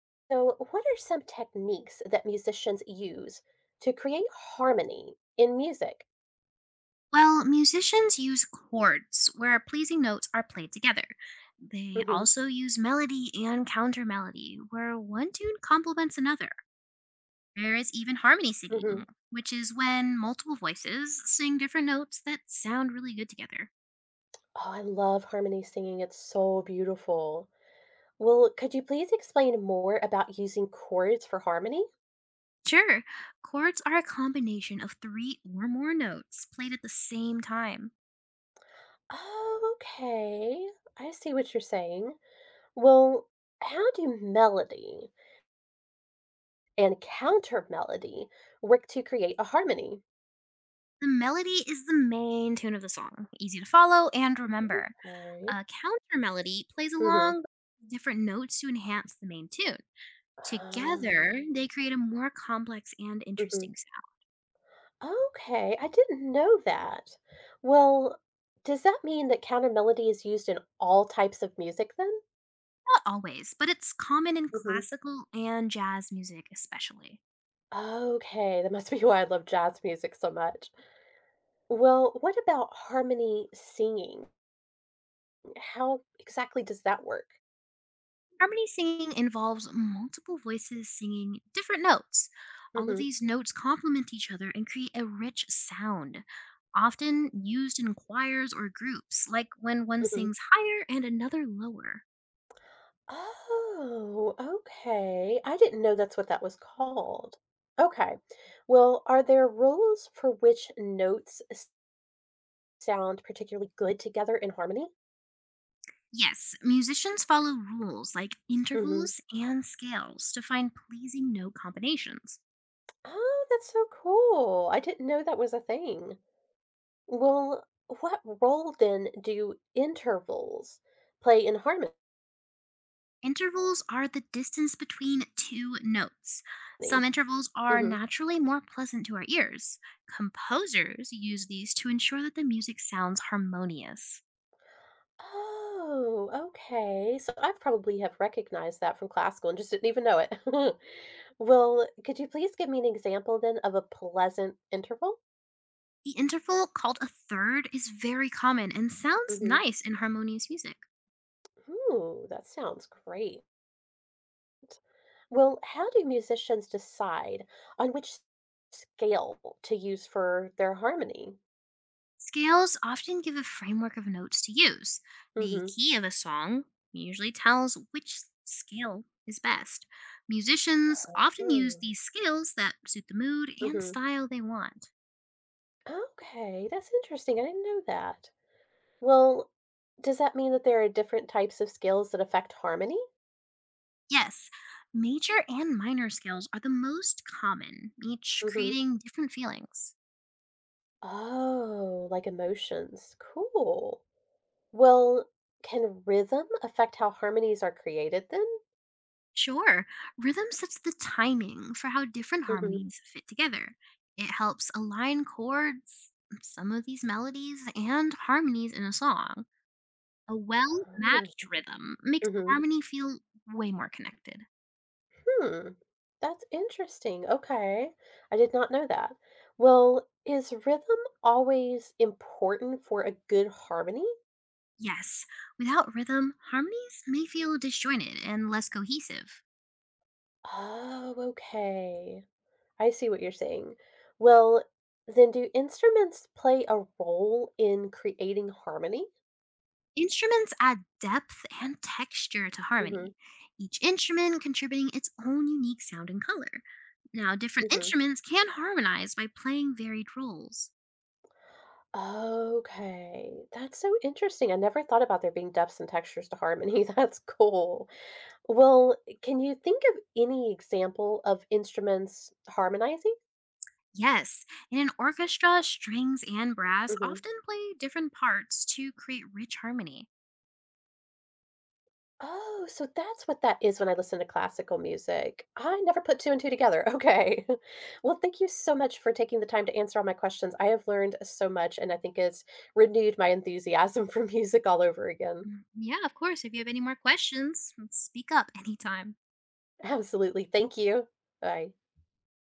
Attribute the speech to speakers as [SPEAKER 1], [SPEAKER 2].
[SPEAKER 1] So, what are some techniques that musicians use to create harmony in music?
[SPEAKER 2] Well, musicians use chords where pleasing notes are played together. They
[SPEAKER 1] Hmm.
[SPEAKER 2] also use melody and counter melody where one tune complements another. There is even harmony singing,
[SPEAKER 1] Hmm.
[SPEAKER 2] which is when multiple voices sing different notes that sound really good together.
[SPEAKER 1] Oh, I love harmony singing. It's so beautiful. Well, could you please explain more about using chords for harmony?
[SPEAKER 2] Sure, chords are a combination of three or more notes played at the same time.
[SPEAKER 1] Oh, okay. I see what you're saying. Well, how do melody and counter melody work to create a harmony?
[SPEAKER 2] The melody is the main tune of the song, easy to follow and remember.
[SPEAKER 1] Okay.
[SPEAKER 2] A counter melody plays
[SPEAKER 1] Mm-hmm.
[SPEAKER 2] along different notes to enhance the main tune. Together, they create a more complex and interesting sound.
[SPEAKER 1] Okay, I didn't know that. Well, does that mean that counter melody is used in all types of music then?
[SPEAKER 2] Not always, but it's common in
[SPEAKER 1] Hmm.
[SPEAKER 2] classical and jazz music, especially.
[SPEAKER 1] Okay, that must be why I love jazz music so much. Well, what about harmony singing? How exactly does that work?
[SPEAKER 2] Harmony singing involves multiple voices singing different notes. All of
[SPEAKER 1] Hmm.
[SPEAKER 2] these notes complement each other and create a rich sound, often used in choirs or groups, like when one
[SPEAKER 1] Hmm.
[SPEAKER 2] sings higher and another lower.
[SPEAKER 1] Oh, okay. I didn't know that's what that was called. Okay. Well, are there rules for which sound particularly good together in harmony?
[SPEAKER 2] Yes, musicians follow rules like intervals and scales to find pleasing note combinations.
[SPEAKER 1] Oh, that's so cool. I didn't know that was a thing. Well, what role then do intervals play in harmony?
[SPEAKER 2] Intervals are the distance between two notes. Some intervals are
[SPEAKER 1] Hmm.
[SPEAKER 2] naturally more pleasant to our ears. Composers use these to ensure that the music sounds harmonious.
[SPEAKER 1] Oh, okay. So I probably have recognized that from classical and just didn't even know it. Well, could you please give me an example then of a pleasant interval?
[SPEAKER 2] The interval called a third is very common and sounds
[SPEAKER 1] Hmm.
[SPEAKER 2] nice in harmonious music.
[SPEAKER 1] Ooh, that sounds great. Well, how do musicians decide on which scale to use for their harmony?
[SPEAKER 2] Scales often give a framework of notes to use. The
[SPEAKER 1] Hmm.
[SPEAKER 2] key of a song usually tells which scale is best. Musicians often use
[SPEAKER 1] Mm,
[SPEAKER 2] these scales that suit the mood and
[SPEAKER 1] mhm.
[SPEAKER 2] style they want.
[SPEAKER 1] Okay, that's interesting, I didn't know that. Well, does that mean that there are different types of skills that affect harmony?
[SPEAKER 2] Yes, major and minor scales are the most common, each
[SPEAKER 1] Mhm.
[SPEAKER 2] creating different feelings.
[SPEAKER 1] Oh, like emotions. Cool. Well, can rhythm affect how harmonies are created then?
[SPEAKER 2] Sure, rhythm sets the timing for how different
[SPEAKER 1] Mhm.
[SPEAKER 2] harmonies fit together. It helps align chords, some of these melodies, and harmonies in a song. A
[SPEAKER 1] Oh.
[SPEAKER 2] well-matched rhythm makes
[SPEAKER 1] Mhm.
[SPEAKER 2] harmony feel way more connected.
[SPEAKER 1] Hmm. That's interesting. Okay. I did not know that. Well, is rhythm always important for a good harmony?
[SPEAKER 2] Yes, without rhythm, harmonies may feel disjointed and less cohesive.
[SPEAKER 1] Oh, okay. I see what you're saying. Well, then do instruments play a role in creating harmony?
[SPEAKER 2] Instruments add depth and texture to harmony,
[SPEAKER 1] Mhm,
[SPEAKER 2] each instrument contributing its own unique sound and color. Now, different
[SPEAKER 1] mhm.
[SPEAKER 2] instruments can harmonize by playing varied roles.
[SPEAKER 1] Okay, that's so interesting. I never thought about there being depths and textures to harmony. That's cool. Well, can you think of any example of instruments harmonizing?
[SPEAKER 2] Yes, in an orchestra, strings and brass
[SPEAKER 1] Mhm.
[SPEAKER 2] often play different parts to create rich harmony.
[SPEAKER 1] Oh, so that's what that is when I listen to classical music. I never put two and two together. Okay. Well, thank you so much for taking the time to answer all my questions. I have learned so much, and I think it's renewed my enthusiasm for music all over again.
[SPEAKER 2] Mm, yeah, of course. If you have any more questions, speak up anytime.
[SPEAKER 1] Absolutely. Thank you. Bye.